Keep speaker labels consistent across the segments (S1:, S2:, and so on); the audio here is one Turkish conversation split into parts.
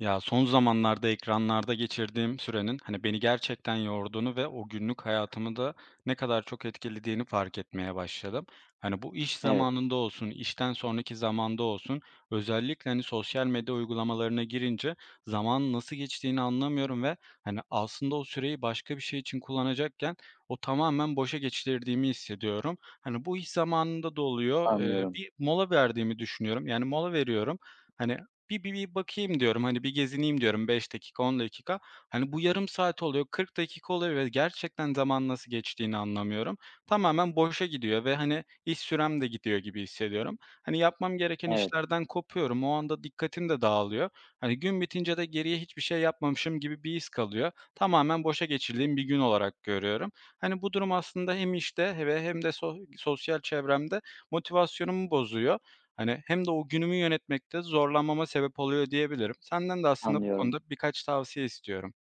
S1: Ya, son zamanlarda ekranlarda geçirdiğim sürenin, hani, beni gerçekten yorduğunu ve o günlük hayatımı da ne kadar çok etkilediğini fark etmeye başladım. Hani, bu iş
S2: Evet,
S1: zamanında olsun, işten sonraki zamanda olsun, özellikle, hani, sosyal medya uygulamalarına girince zaman nasıl geçtiğini anlamıyorum ve, hani, aslında o süreyi başka bir şey için kullanacakken o tamamen boşa geçirdiğimi hissediyorum. Hani, bu iş zamanında da oluyor.
S2: anlıyorum.
S1: Bir mola verdiğimi düşünüyorum. Yani, mola veriyorum. Hani, bir bakayım diyorum, hani, bir gezineyim diyorum 5 dakika, 10 dakika. Hani, bu yarım saat oluyor, 40 dakika oluyor ve gerçekten zaman nasıl geçtiğini anlamıyorum. Tamamen boşa gidiyor ve, hani, iş sürem de gidiyor gibi hissediyorum. Hani, yapmam gereken
S2: Evet,
S1: işlerden kopuyorum. O anda dikkatim de dağılıyor. Hani, gün bitince de geriye hiçbir şey yapmamışım gibi bir his kalıyor. Tamamen boşa geçirdiğim bir gün olarak görüyorum. Hani, bu durum aslında hem işte ve hem de sosyal çevremde motivasyonumu bozuyor. Hani, hem de o günümü yönetmekte zorlanmama sebep oluyor diyebilirim. Senden de aslında bu
S2: anlıyorum.
S1: konuda birkaç tavsiye istiyorum.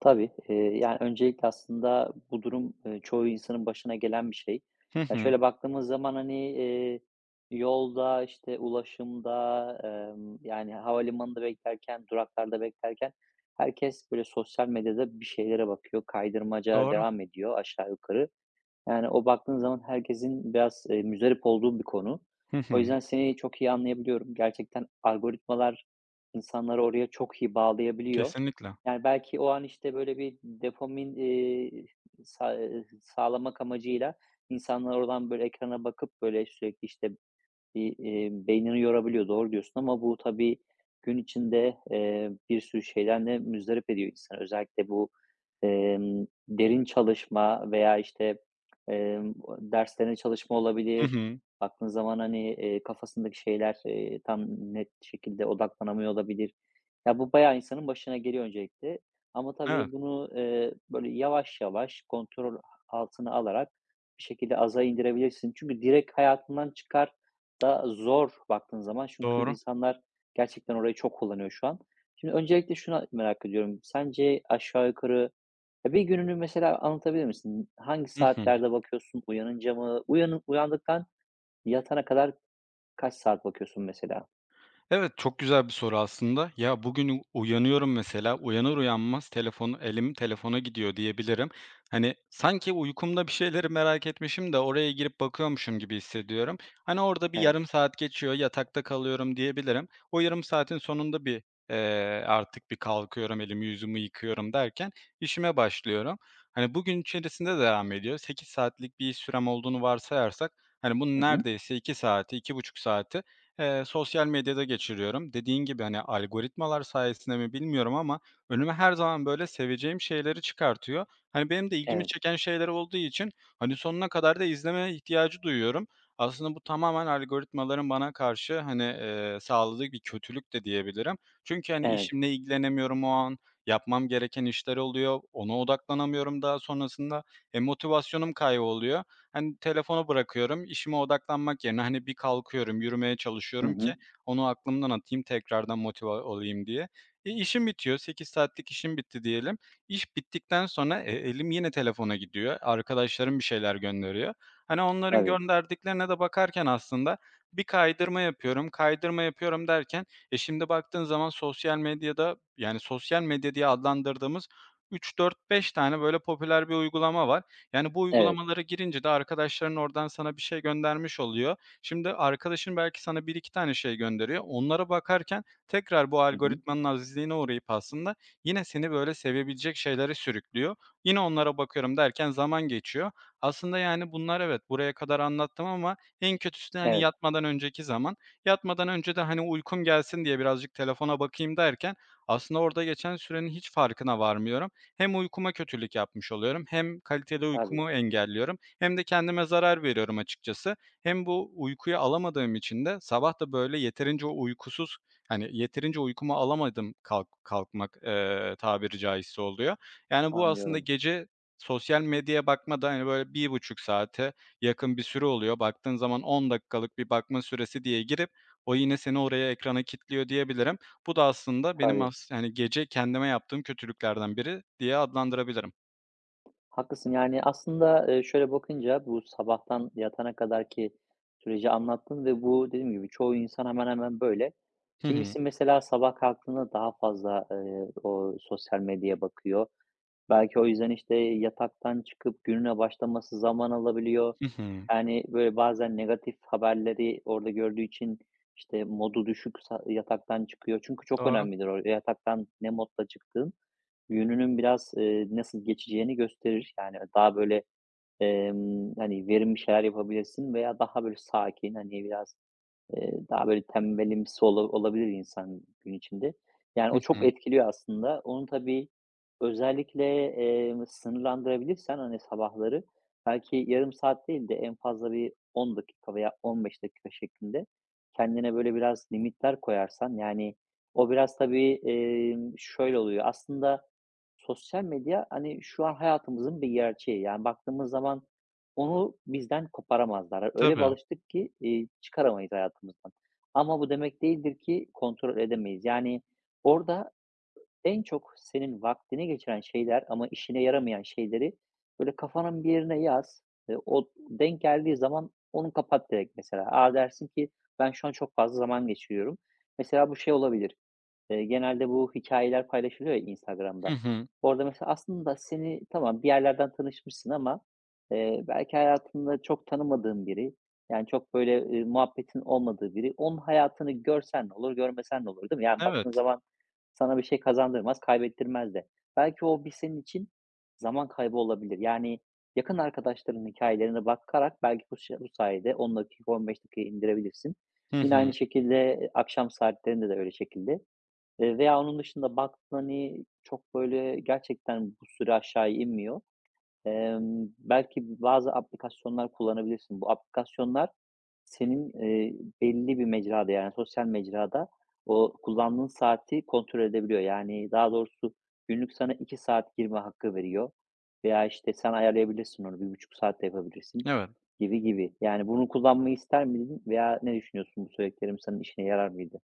S2: Öncelikle aslında bu durum, çoğu insanın başına gelen bir şey.
S1: Hı hı.
S2: Şöyle baktığımız zaman, yolda, ulaşımda, havalimanında beklerken, duraklarda beklerken herkes böyle sosyal medyada bir şeylere bakıyor. Kaydırmaca
S1: Doğru.
S2: devam ediyor aşağı yukarı. Yani, o baktığın zaman herkesin biraz, muzdarip olduğu bir konu.
S1: Hı
S2: O
S1: hı.
S2: yüzden seni çok iyi anlayabiliyorum. Gerçekten algoritmalar insanları oraya çok iyi bağlayabiliyor.
S1: Kesinlikle.
S2: Yani, belki o an, işte, böyle bir dopamin, sa sağlamak amacıyla insanlar oradan, böyle, ekrana bakıp, böyle, sürekli, beynini yorabiliyor, doğru diyorsun ama bu tabii gün içinde, bir sürü şeyden de muzdarip ediyor insanı. Özellikle bu, derin çalışma veya, emm, derslerine çalışma
S1: Hı
S2: olabilir.
S1: hı.
S2: Baktığın zaman, kafasındaki şeyler, tam net şekilde odaklanamıyor olabilir. Ya, bu bayağı insanın başına geliyor öncelikle ama
S1: Evet.
S2: tabii bunu, böyle yavaş yavaş kontrol altına alarak bir şekilde aza indirebilirsin. Çünkü direkt hayatından çıkar da zor baktığın zaman çünkü
S1: Doğru.
S2: insanlar gerçekten orayı çok kullanıyor şu an. Şimdi öncelikle şunu merak ediyorum. Sence aşağı yukarı ya bir gününü mesela anlatabilir misin? Hangi
S1: Hı hı.
S2: saatlerde bakıyorsun? Uyanınca mı? Uyandıktan yatana kadar kaç saat bakıyorsun mesela?
S1: Evet, çok güzel bir soru aslında. Ya, bugün uyanıyorum mesela, uyanır uyanmaz telefon elim telefona gidiyor diyebilirim. Hani, sanki uykumda bir şeyleri merak etmişim de oraya girip bakıyormuşum gibi hissediyorum. Hani, orada bir
S2: Evet.
S1: yarım saat geçiyor, yatakta kalıyorum diyebilirim. O yarım saatin sonunda artık bir kalkıyorum, elimi yüzümü yıkıyorum derken işime başlıyorum. Hani, bugün içerisinde devam ediyor. 8 saatlik bir iş sürem olduğunu varsayarsak, hani, bunun
S2: Hı hı.
S1: neredeyse 2 saati, 2,5 saati, sosyal medyada geçiriyorum. Dediğin gibi, hani, algoritmalar sayesinde mi bilmiyorum ama önüme her zaman, böyle, seveceğim şeyleri çıkartıyor. Hani, benim de ilgimi
S2: Evet.
S1: çeken şeyler olduğu için, hani, sonuna kadar da izleme ihtiyacı duyuyorum. Aslında bu tamamen algoritmaların bana karşı, hani, sağladığı bir kötülük de diyebilirim. Çünkü, hani,
S2: Evet.
S1: işimle ilgilenemiyorum o an, yapmam gereken işler oluyor, ona odaklanamıyorum daha sonrasında. Motivasyonum kayboluyor. Hani, telefonu bırakıyorum, işime odaklanmak yerine, hani, bir kalkıyorum, yürümeye
S2: Hı
S1: çalışıyorum ki
S2: hı.
S1: onu aklımdan atayım, tekrardan motive olayım diye. İşim bitiyor, 8 saatlik işim bitti diyelim. İş bittikten sonra, elim yine telefona gidiyor. Arkadaşlarım bir şeyler gönderiyor. Hani, onların
S2: Tabii.
S1: gönderdiklerine de bakarken aslında bir kaydırma yapıyorum, kaydırma yapıyorum derken, şimdi baktığın zaman sosyal medyada, yani, sosyal medya diye adlandırdığımız üç dört beş tane böyle popüler bir uygulama var. Yani, bu
S2: Evet.
S1: uygulamalara girince de arkadaşların oradan sana bir şey göndermiş oluyor. Şimdi arkadaşın belki sana bir iki tane şey gönderiyor. Onlara bakarken tekrar bu
S2: Hı hı.
S1: algoritmanın azizliğine uğrayıp aslında yine seni, böyle, sevebilecek şeylere sürüklüyor. Yine onlara bakıyorum derken zaman geçiyor. Aslında, yani, bunlar evet, buraya kadar anlattım ama en kötüsü de, hani,
S2: Evet.
S1: yatmadan önceki zaman. Yatmadan önce de, hani, uykum gelsin diye birazcık telefona bakayım derken aslında orada geçen sürenin hiç farkına varmıyorum. Hem uykuma kötülük yapmış oluyorum hem kaliteli
S2: Tabii.
S1: uykumu engelliyorum hem de kendime zarar veriyorum açıkçası. Hem bu uykuyu alamadığım için de sabah da böyle yeterince uykusuz, hani, yeterince uykumu alamadım kalkmak, tabiri caizse oluyor. Yani, bu aslında
S2: Anlıyorum.
S1: gece sosyal medyaya bakmadan da, hani, böyle 1,5 saate yakın bir süre oluyor. Baktığın zaman 10 dakikalık bir bakma süresi diye girip o yine seni oraya ekrana kilitliyor diyebilirim. Bu da aslında benim,
S2: Tabii.
S1: yani, gece kendime yaptığım kötülüklerden biri diye adlandırabilirim.
S2: Haklısın. Yani, aslında, şöyle bakınca bu sabahtan yatana kadarki süreci anlattın ve bu dediğim gibi çoğu insan hemen hemen böyle.
S1: Hı hı.
S2: Kimisi mesela sabah kalktığında daha fazla, o sosyal medyaya bakıyor. Belki o yüzden, işte, yataktan çıkıp gününe başlaması zaman alabiliyor.
S1: Hı hı.
S2: Yani, böyle, bazen negatif haberleri orada gördüğü için, işte, modu düşük sa yataktan çıkıyor. Çünkü çok
S1: Doğru.
S2: önemlidir o yataktan ne modla çıktığın gününün biraz, nasıl geçeceğini gösterir. Yani, daha, böyle, verimli şeyler yapabilirsin veya daha, böyle, sakin, hani, biraz daha böyle tembelimsi olabilir insan gün içinde. Yani,
S1: Hı
S2: o çok
S1: hı.
S2: etkiliyor aslında. Onu tabii özellikle, sınırlandırabilirsen, hani, sabahları belki yarım saat değil de en fazla bir 10 dakika veya 15 dakika şeklinde kendine böyle biraz limitler koyarsan, yani, o biraz tabii, şöyle oluyor. Aslında sosyal medya, hani, şu an hayatımızın bir gerçeği. Yani, baktığımız zaman onu bizden koparamazlar. Yani öyle bir
S1: Tabii.
S2: alıştık ki, çıkaramayız hayatımızdan. Ama bu demek değildir ki kontrol edemeyiz. Yani, orada en çok senin vaktini geçiren şeyler ama işine yaramayan şeyleri, böyle, kafanın bir yerine yaz. O denk geldiği zaman onu kapat direkt mesela. A, dersin ki ben şu an çok fazla zaman geçiriyorum. Mesela bu şey olabilir. Genelde bu hikayeler paylaşılıyor ya
S1: Hı
S2: Instagram'da.
S1: hı.
S2: Orada mesela aslında seni tamam, bir yerlerden tanışmışsın ama, belki hayatında çok tanımadığın biri, yani, çok böyle, muhabbetin olmadığı biri, onun hayatını görsen ne olur, görmesen ne olur, değil mi? Yani,
S1: Evet.
S2: baktığın zaman sana bir şey kazandırmaz, kaybettirmez de. Belki o bir senin için zaman kaybı olabilir. Yani, yakın arkadaşlarının hikâyelerine bakarak belki bu sayede 10 dakika, 15 dakikaya indirebilirsin.
S1: Hı
S2: Yine aynı
S1: hı.
S2: şekilde, akşam saatlerinde de öyle şekilde. Veya onun dışında baktın, hani, çok böyle gerçekten bu süre aşağı inmiyor. Belki bazı aplikasyonlar kullanabilirsin. Bu aplikasyonlar senin, belli bir mecrada, yani, sosyal mecrada o kullandığın saati kontrol edebiliyor. Yani, daha doğrusu günlük sana 2 saat girme hakkı veriyor veya, işte, sen ayarlayabilirsin onu, 1,5 saat de yapabilirsin
S1: Evet.
S2: gibi gibi. Yani, bunu kullanmayı ister miydin veya ne düşünüyorsun? Bu söylediklerim senin işine yarar mıydı?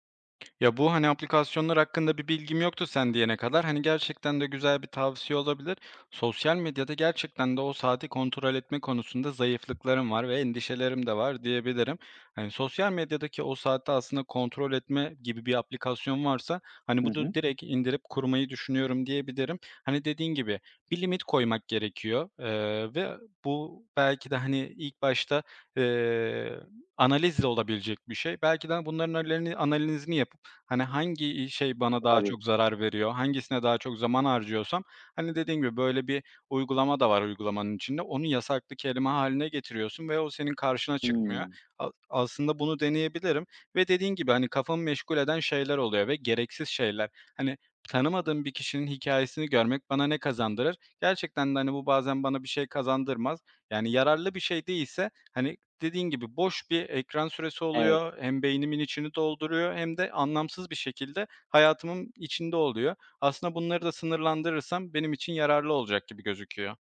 S1: Ya, bu, hani, aplikasyonlar hakkında bir bilgim yoktu sen diyene kadar. Hani, gerçekten de güzel bir tavsiye olabilir. Sosyal medyada gerçekten de o saati kontrol etme konusunda zayıflıklarım var ve endişelerim de var diyebilirim. Hani, sosyal medyadaki o saati aslında kontrol etme gibi bir aplikasyon varsa, hani,
S2: Hı
S1: bunu
S2: hı.
S1: direkt indirip kurmayı düşünüyorum diyebilirim. Hani, dediğin gibi bir limit koymak gerekiyor, ve bu belki de, hani, ilk başta, eee analizle olabilecek bir şey. Belki de bunların analizini yapıp, hani, hangi şey bana daha
S2: Tabii.
S1: çok zarar veriyor, hangisine daha çok zaman harcıyorsam, hani, dediğim gibi böyle bir uygulama da var, uygulamanın içinde. Onu yasaklı kelime haline getiriyorsun ve o senin karşına çıkmıyor.
S2: Hıı.
S1: Aslında bunu deneyebilirim ve dediğin gibi, hani, kafamı meşgul eden şeyler oluyor ve gereksiz şeyler. Hani, tanımadığım bir kişinin hikayesini görmek bana ne kazandırır? Gerçekten de, hani, bu bazen bana bir şey kazandırmaz. Yani, yararlı bir şey değilse, hani, dediğin gibi boş bir ekran süresi
S2: Evet,
S1: oluyor. Hem beynimin içini dolduruyor hem de anlamsız bir şekilde hayatımın içinde oluyor. Aslında bunları da sınırlandırırsam benim için yararlı olacak gibi gözüküyor.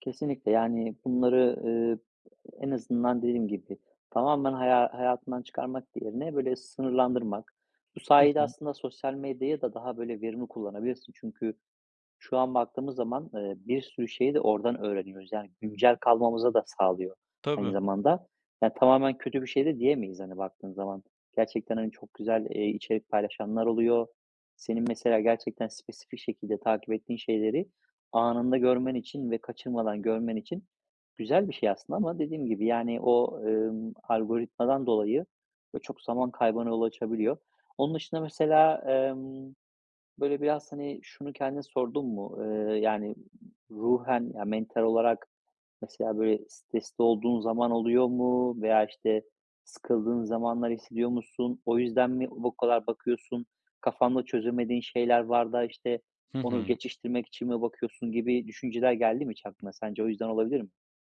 S2: kesinlikle. Yani, bunları, en azından dediğim gibi tamamen hayatından çıkarmak yerine böyle sınırlandırmak. Bu
S1: Hı
S2: sayede
S1: hı.
S2: aslında sosyal medyayı da daha böyle verimli kullanabilirsin. Çünkü, şu an baktığımız zaman, bir sürü şeyi de oradan öğreniyoruz. Yani güncel kalmamıza da sağlıyor aynı
S1: Tabii.
S2: zamanda. Yani tamamen kötü bir şey de diyemeyiz, hani, baktığın zaman. Gerçekten, hani, çok güzel, içerik paylaşanlar oluyor. Senin mesela gerçekten spesifik şekilde takip ettiğin şeyleri anında görmen için ve kaçırmadan görmen için güzel bir şey aslında ama dediğim gibi, yani, o, algoritmadan dolayı, böyle, çok zaman kaybına yol açabiliyor. Onun dışında mesela, böyle biraz, hani, şunu kendine sordun mu? Ruhen, ya, mental olarak mesela, böyle, stresli olduğun zaman oluyor mu veya, işte, sıkıldığın zamanlar hissediyor musun? O yüzden mi bu kadar bakıyorsun? Kafanda çözemediğin şeyler var da, işte,
S1: Hı
S2: onu
S1: hı.
S2: geçiştirmek için mi bakıyorsun gibi düşünceler geldi mi hiç aklına? Sence o yüzden olabilir mi?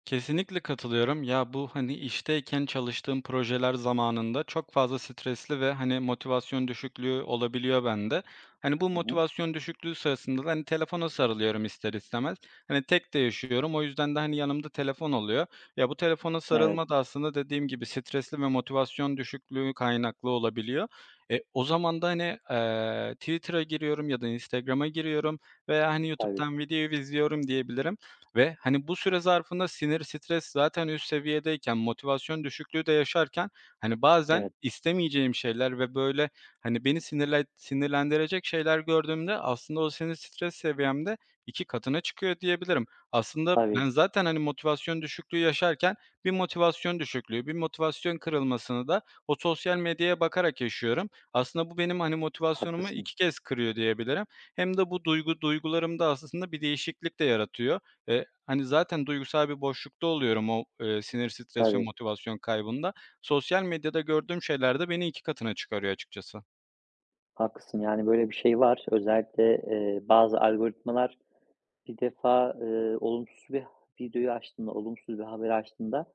S1: Kesinlikle katılıyorum. Ya, bu, hani, işteyken çalıştığım projeler zamanında çok fazla stresli ve, hani, motivasyon düşüklüğü olabiliyor bende. Hani, bu
S2: Hı hı.
S1: motivasyon düşüklüğü sırasında da, hani, telefona sarılıyorum ister istemez. Hani, tek de yaşıyorum. O yüzden de, hani, yanımda telefon oluyor. Ya, bu telefona
S2: Evet,
S1: sarılma da aslında dediğim gibi stresli ve motivasyon düşüklüğü kaynaklı olabiliyor. O zaman da, hani, Twitter'a giriyorum ya da Instagram'a giriyorum veya, hani,
S2: tabii.
S1: YouTube'dan video izliyorum diyebilirim. Ve, hani, bu süre zarfında sinir, stres zaten üst seviyedeyken, motivasyon düşüklüğü de yaşarken, hani, bazen
S2: Evet,
S1: istemeyeceğim şeyler ve, böyle, hani, beni sinirlendirecek şeyler gördüğümde aslında o sinir, stres seviyemde 2 katına çıkıyor diyebilirim. Aslında ben
S2: tabii.
S1: zaten, hani, motivasyon düşüklüğü yaşarken bir motivasyon düşüklüğü, bir motivasyon kırılmasını da o sosyal medyaya bakarak yaşıyorum. Aslında bu benim, hani, motivasyonumu
S2: Haklısın.
S1: 2 kez kırıyor diyebilirim. Hem de bu duygularımda aslında bir değişiklik de yaratıyor. Eee, Hani, zaten duygusal bir boşlukta oluyorum o, sinir, stres ve
S2: Tabii,
S1: motivasyon kaybında. Sosyal medyada gördüğüm şeyler de beni 2 katına çıkarıyor açıkçası.
S2: haklısın. Yani, böyle bir şey var. Özellikle, bazı algoritmalar bir defa, olumsuz bir videoyu açtığında, olumsuz bir haberi açtığında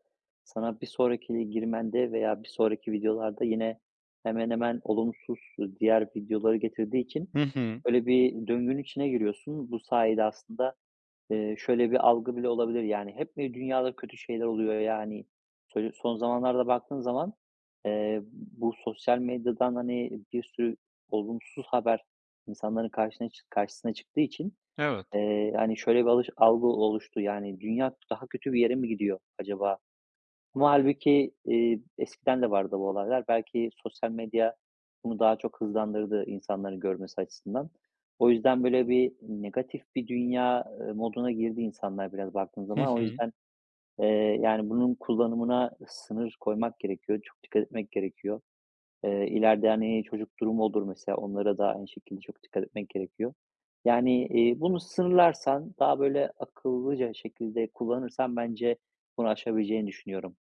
S2: sana bir sonraki girmende veya bir sonraki videolarda yine hemen hemen olumsuz diğer videoları getirdiği için
S1: Hı hı.
S2: böyle bir döngünün içine giriyorsun. Bu sayede aslında, şöyle bir algı bile olabilir, yani, hep mi dünyada kötü şeyler oluyor, yani hani, son zamanlarda baktığın zaman, bu sosyal medyadan, hani, bir sürü olumsuz haber insanların karşına çı karşısına çıktığı için,
S1: Evet.
S2: Şöyle bir algı oluştu, yani, dünya daha kötü bir yere mi gidiyor acaba? Ama halbuki eskiden de vardı bu olaylar. Belki sosyal medya bunu daha çok hızlandırdı insanların görmesi açısından. O yüzden böyle bir negatif bir dünya, moduna girdi insanlar biraz baktığın
S1: Hı
S2: zaman. O
S1: hı.
S2: yüzden, bunun kullanımına sınır koymak gerekiyor. Çok dikkat etmek gerekiyor. İleride, hani, çocuk durumu olur mesela, onlara da aynı şekilde çok dikkat etmek gerekiyor. Yani, bunu sınırlarsan, daha böyle akıllıca şekilde kullanırsan bence bunu aşabileceğini düşünüyorum.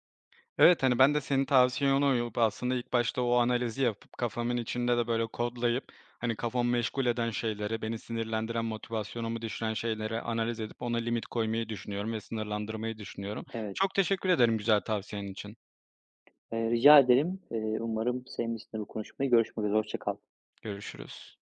S1: Evet, hani, ben de senin tavsiyene uyup aslında ilk başta o analizi yapıp kafamın içinde de böyle kodlayıp, hani, kafamı meşgul eden şeyleri, beni sinirlendiren, motivasyonumu düşüren şeyleri analiz edip ona limit koymayı düşünüyorum ve sınırlandırmayı düşünüyorum.
S2: Evet,
S1: Çok teşekkür ederim güzel tavsiyen için.
S2: rica ederim. Umarım sevmişsindir bu konuşmayı. Görüşmek üzere, hoşça kal.
S1: Görüşürüz.